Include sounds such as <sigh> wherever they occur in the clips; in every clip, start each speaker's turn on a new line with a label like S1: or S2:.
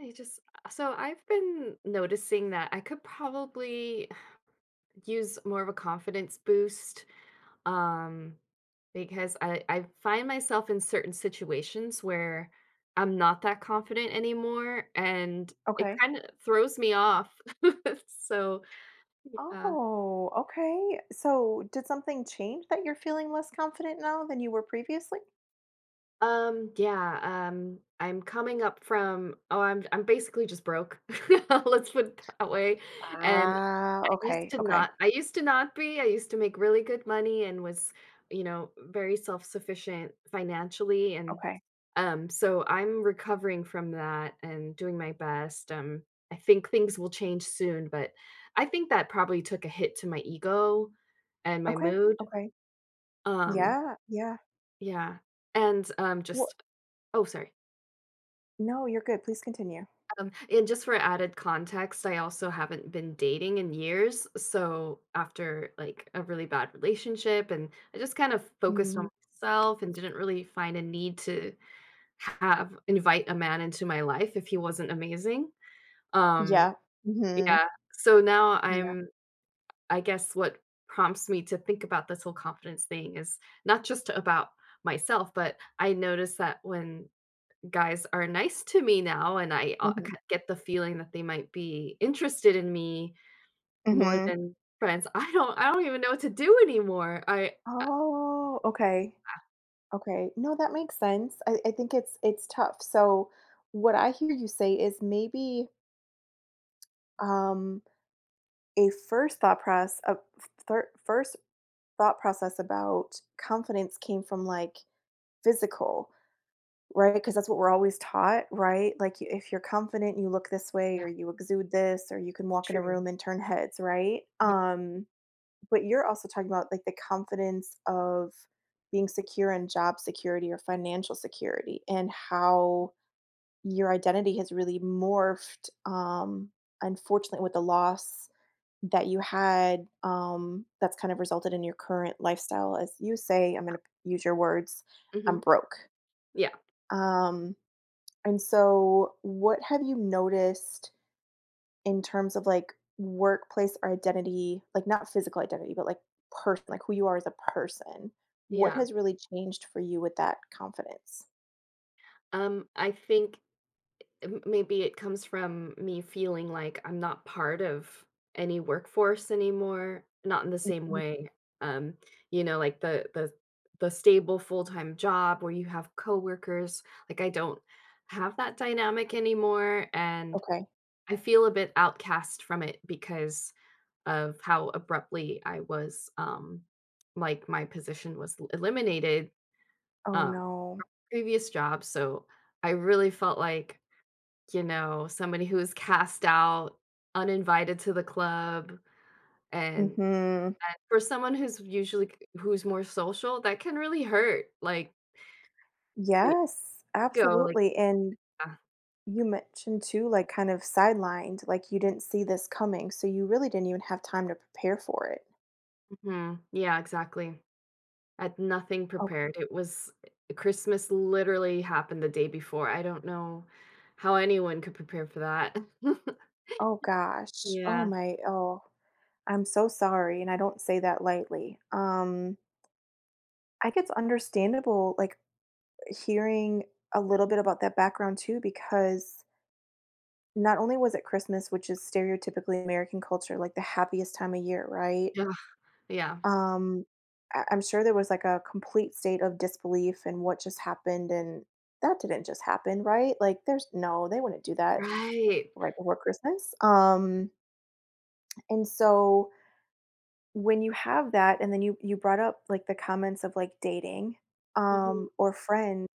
S1: I just so I've been noticing that I could probably use more of a confidence boost um because I find myself in certain situations where I'm not that confident anymore, and it
S2: Okay.
S1: kind of throws me off. <laughs> So, yeah.
S2: Oh, okay. So, did something change that you're feeling less confident now than you were previously?
S1: Yeah, I'm coming up from I'm basically just broke. <laughs> Let's put it that way. And
S2: Ah, okay, okay,
S1: I used to not be. I used to make really good money and was, you know, very self-sufficient financially, and
S2: okay,
S1: so I'm recovering from that and doing my best. I think things will change soon, but I think that probably took a hit to my ego and my
S2: okay,
S1: mood.
S2: okay.
S1: Um
S2: Yeah, yeah.
S1: yeah. And
S2: Well,
S1: just Oh, sorry.
S2: no, you're good. Please continue.
S1: And just for added context, I also haven't been dating in years. So after like a really bad relationship, and I just kind of focused on
S2: Mm,
S1: myself and didn't really find a need to have invite a man into my life if he wasn't amazing. Um,
S2: yeah. Mm-hmm.
S1: yeah. So now
S2: Yeah.
S1: I'm, I guess what prompts me to think about this whole confidence thing is not just about myself, but I notice that when guys are nice to me now, and I,
S2: Mm-hmm.
S1: k get the feeling that they might be interested in me more
S2: Mm-hmm.
S1: than friends. I don't even know what to do anymore. I
S2: Oh, okay. Okay. No, that makes sense. I think it's tough. So what I hear you say is maybe um a first thought process a first thought process about confidence came from like physical, right? Because that's what we're always taught, right? Like you, if you're confident, you look this way
S1: yeah,
S2: or you exude this or you can walk in a
S1: true.
S2: room and turn heads, right?
S1: Yeah,
S2: But you're also talking about like the confidence of being secure in job security or financial security and how your identity has really morphed, unfortunately, with the loss that you had, that's kind of resulted in your current lifestyle. As you say, I'm going to use your words, I'm
S1: mhm,
S2: broke.
S1: yeah,
S2: Um, and so, what have you noticed in terms of like workplace or identity, like not physical identity, but like person, like who you are as a person? What
S1: yeah.
S2: has really changed for you with that confidence?
S1: I think maybe it comes from me feeling like I'm not part of any workforce anymore, not in the same
S2: Mhm.
S1: way. Um, you know, like the stable full-time job where you have coworkers. Like I don't have that dynamic anymore, and
S2: Okay.
S1: I feel a bit outcast from it because of how abruptly I was like my position was eliminated,
S2: Oh
S1: um
S2: no.
S1: previous job. So I really felt like, you know, somebody who is cast out, uninvited to the club, and
S2: Mhm.
S1: for someone who's usually who's more social, that can really hurt, like, the
S2: Yes,
S1: ego, like.
S2: absolutely, and
S1: Yeah,
S2: you mentioned too, like, kind of sidelined, like, you didn't see this coming, so you really didn't even have time to prepare for it.
S1: mhm, yeah, exactly. I had nothing
S2: Oh,
S1: prepared. It was Christmas literally happened the day before. I don't know how anyone could prepare for that. <laughs>
S2: oh gosh. Oh
S1: Yeah.
S2: my I'm so sorry, and I don't say that lightly. I think it's understandable, like, hearing a little bit about that background too, because not only was it Christmas, which is stereotypically American culture, like, the happiest time of year, right?
S1: Yeah, yeah.
S2: Um, I'm sure there was like a complete state of disbelief in what just happened, and that didn't just happen, right? Like, there's no, they wouldn't do that
S1: Right.
S2: right before Christmas. And so when you have that, and then you brought up like the comments of like dating,
S1: Mhm.
S2: or friends.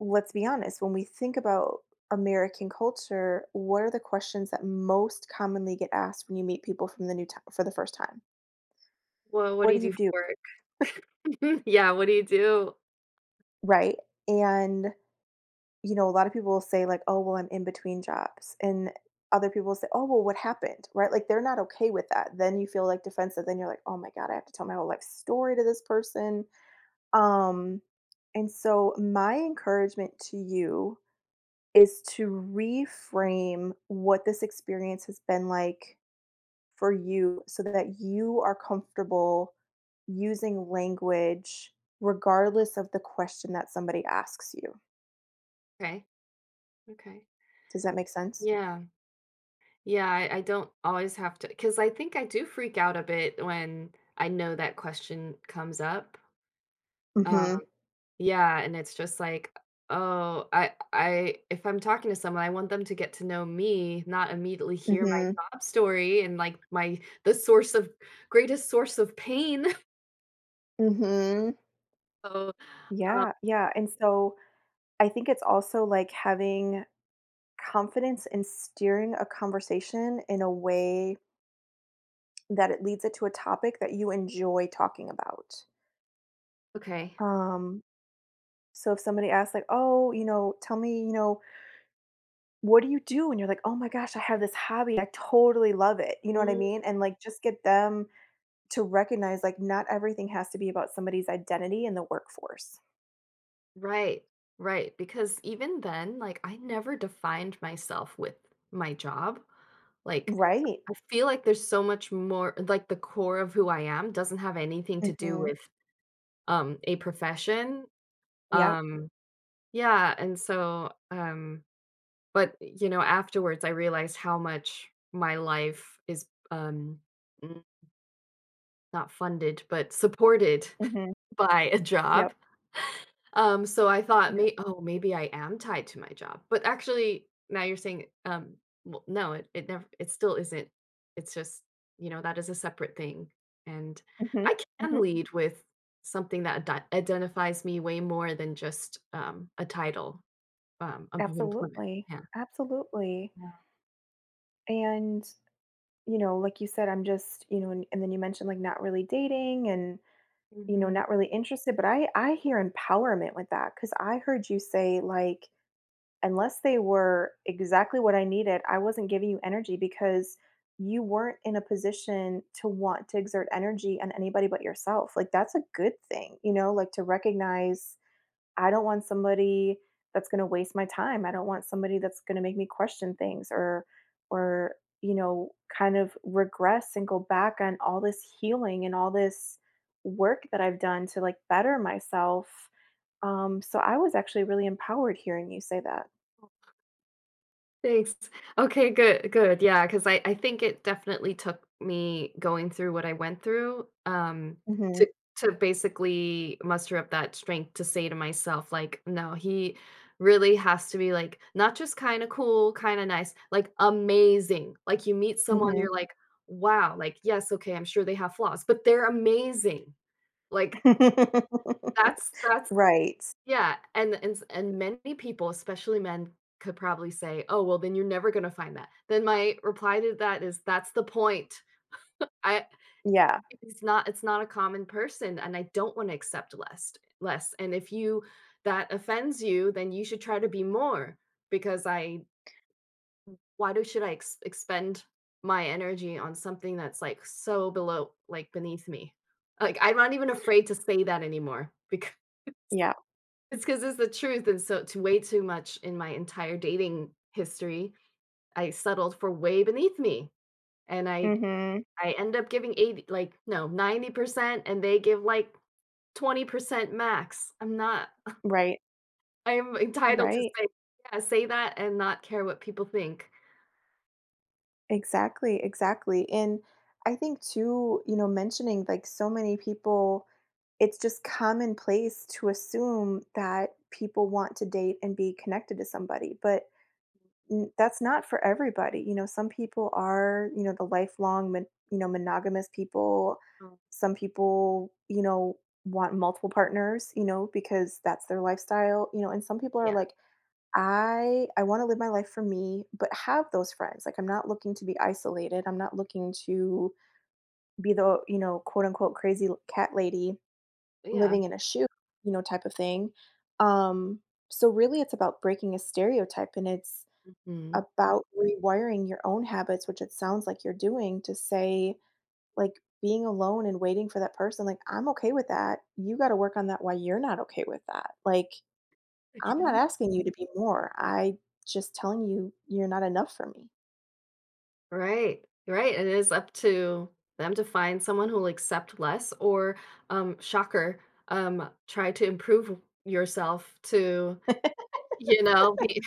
S2: Let's be honest, when we think about American culture, what are the questions that most commonly get asked when you meet people from the new town for the first time?
S1: Well, what do
S2: What
S1: you
S2: do you
S1: do for
S2: do?
S1: work? <laughs> Yeah, what do you do?
S2: Right. And you know, a lot of people will say like, "Oh, well, I'm in between jobs." And other people will say, "Oh, well, what happened?" Right? Like they're not okay with that. Then you feel like defensive. Then you're like, "Oh my god, I have to tell my whole life story to this person." Um and so my encouragement to you is to reframe what this experience has been like for you so that you are comfortable using language regardless of the question that somebody asks you.
S1: Okay, okay.
S2: Does that make sense?
S1: Yeah. Yeah, I don't always have to, because I think I do freak out a bit when I know that question comes up. Uh,
S2: Mhm.
S1: yeah, and it's just like, oh, if I'm talking to someone, I want them to get to know me, not immediately hear my
S2: Mhm.
S1: sob story and like my the source of greatest source of pain. <laughs>
S2: Mhm.
S1: So, um,
S2: Yeah, yeah, and so I think it's also like having confidence in steering a conversation in a way that it leads it to a topic that you enjoy talking about.
S1: okay.
S2: Um, so if somebody asks like, "Oh, you know, tell me, you know, what do you do?" And you're like, "Oh my gosh, I have this hobby. I totally love it." You know what I mean? And like just get them to recognize like not everything has to be about somebody's identity in the workforce.
S1: Right. Right. Because even then, like, I never defined myself with my job. Like,
S2: Right.
S1: I feel like there's so much more, like, the core of who I am doesn't have anything to do
S2: Mhm.
S1: with a profession.
S2: Yep.
S1: Um, yeah. And so, but, you know, afterwards, I realized how much my life is n- not funded, but supported
S2: Mhm.
S1: <laughs> by a job.
S2: Yep.
S1: So I thought,
S2: Yep.
S1: may oh, maybe I am tied to my job. But actually, now you're saying, well, no, it never, it still isn't. It's just, you know, that is a separate thing. And
S2: Mhm.
S1: I can
S2: Mhm.
S1: lead with something that identifies me way more than just a title of employment.
S2: Absolutely.
S1: Yeah.
S2: Absolutely. And, you know, like you said, I'm just, you know, and then you mentioned like not really dating and, you know,
S1: Hmm.
S2: not really interested, but I hear empowerment with that cuz I heard you say like unless they were exactly what I needed, I wasn't giving you energy because you weren't in a position to want to exert energy on anybody but yourself. Like, that's a good thing, you know, like to recognize I don't want somebody that's going to waste my time. I don't want somebody that's going to make me question things or, you know, kind of regress and go back on all this healing and all this work that I've done to like better myself. So I was actually really empowered hearing you say that.
S1: Thanks. Okay, good, good. Yeah. Because I think it definitely took me going through what I went through, to to basically muster up that strength to say to myself, like, "No, he really has to be, like, not just kinda cool, kinda nice, like, amazing." Like, you meet someone,
S2: Mhm.
S1: you're like, "Wow." Like, yes, okay, I'm sure they have flaws, but they're amazing. Like,
S2: <laughs>
S1: that's
S2: Right.
S1: yeah, and many people, especially men, could probably say, "Oh, well, then you're never gonna find that." Then my reply to that is, "That's the point." I,
S2: Yeah,
S1: it's not a common person, and I don't wanna accept less less, and if you that offends you, then you should try to be more, because I, why do should I ex expend my energy on something that's, like, so below, like, beneath me? Like, I'm not even afraid to say that anymore <laughs> because.
S2: yeah.
S1: It's because it's the truth, and so to way too much in my entire dating history, I settled for way beneath me, and I
S2: Mhm.
S1: I end up giving 80 like, no, 90% and they give, like, 20% max. I'm not
S2: Right,
S1: <laughs> I am entitled to
S2: right.
S1: say yeah, say that and not care what people think.
S2: Exactly, exactly, and I think too, you know, mentioning, like, so many people it's just commonplace to assume that people want to date and be connected to somebody, but N that's not for everybody, you know, some people are, you know, the lifelong mon you know, monogamous people.
S1: Um,
S2: Some people, you know, want multiple partners, you know, because that's their lifestyle, you know, and some people are
S1: yeah,
S2: like, "I wanna live my life for me, but have those friends." Like, I'm not looking to be isolated, I'm not looking to be the, you know, quote, unquote, "crazy l cat lady
S1: yeah.
S2: living in a shoe," you know, type of thing. Um, so really it's about breaking a stereotype, and it's
S1: Mhm.
S2: about rewiring your own habits, which it sounds like you're doing, to say, like, being alone and waiting for that person, like, "I'm okay with that. You gotta work on that why you're not okay with that. Like, I'm not
S1: Yeah.
S2: asking you to be more. I just telling you you're not enough for me."
S1: Right, right. It is up to them to find someone who'll accept less, or, shocker, try to improve yourself to,
S2: <laughs>
S1: you know, be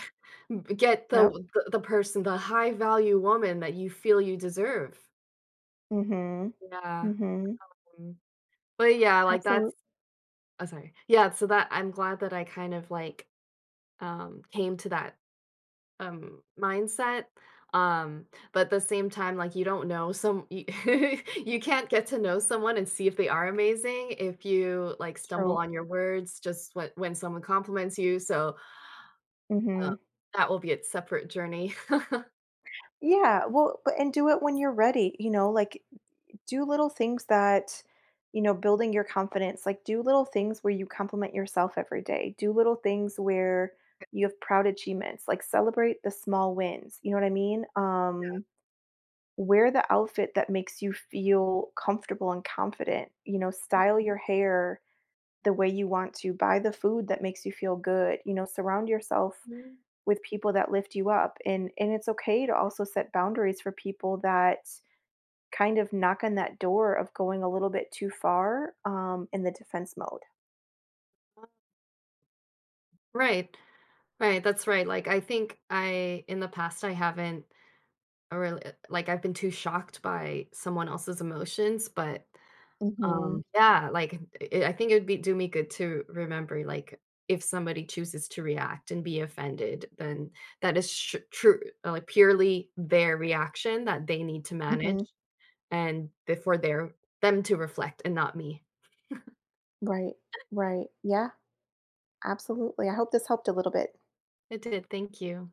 S1: <laughs> get
S2: Yep.
S1: the person, the high value woman that you feel you deserve.
S2: mm Mhm. mm
S1: Yeah,
S2: Mhm.
S1: mm. But yeah, like, that's
S2: Absolutely.
S1: oh, sorry. Yeah, so that I'm glad that I kind of, like, came to that um, mindset, um, but at the same time, like, you don't know some you <laughs> you can't get to know someone and see if they are amazing if you, like, stumble
S2: True.
S1: on your words just when someone compliments you. So,
S2: Mm
S1: um,
S2: Mhm.
S1: that will be a separate journey. <laughs>
S2: Yeah, well, but and do it when you're ready, you know, like do little things that you know, building your confidence, like, do little things where you compliment yourself every day. Do little things where you have proud achievements, like, celebrate the small wins, you know what I mean? Wear the outfit that makes you feel comfortable and confident, you know, style
S1: Mhm,
S2: your hair the way you want to, buy the food that makes you feel good, you know, surround yourself
S1: mhm.
S2: with people that lift you up, and it's okay to also set boundaries for people that kind of knock on that door of going a little bit too far, in the defense mode.
S1: Right, right, that's right, like, I think I in the past, I haven't really, like, I've been too shocked by someone else's emotions, but
S2: Mhm,
S1: um, yeah, like, it I think it would be do me good to remember, like, if somebody chooses to react and be offended, then that is sh true like, purely their reaction that they need to manage
S2: mhm.
S1: and before their them to reflect and not me.
S2: Right, right. Yeah, absolutely. I hope this helped a little bit.
S1: It did, thank you.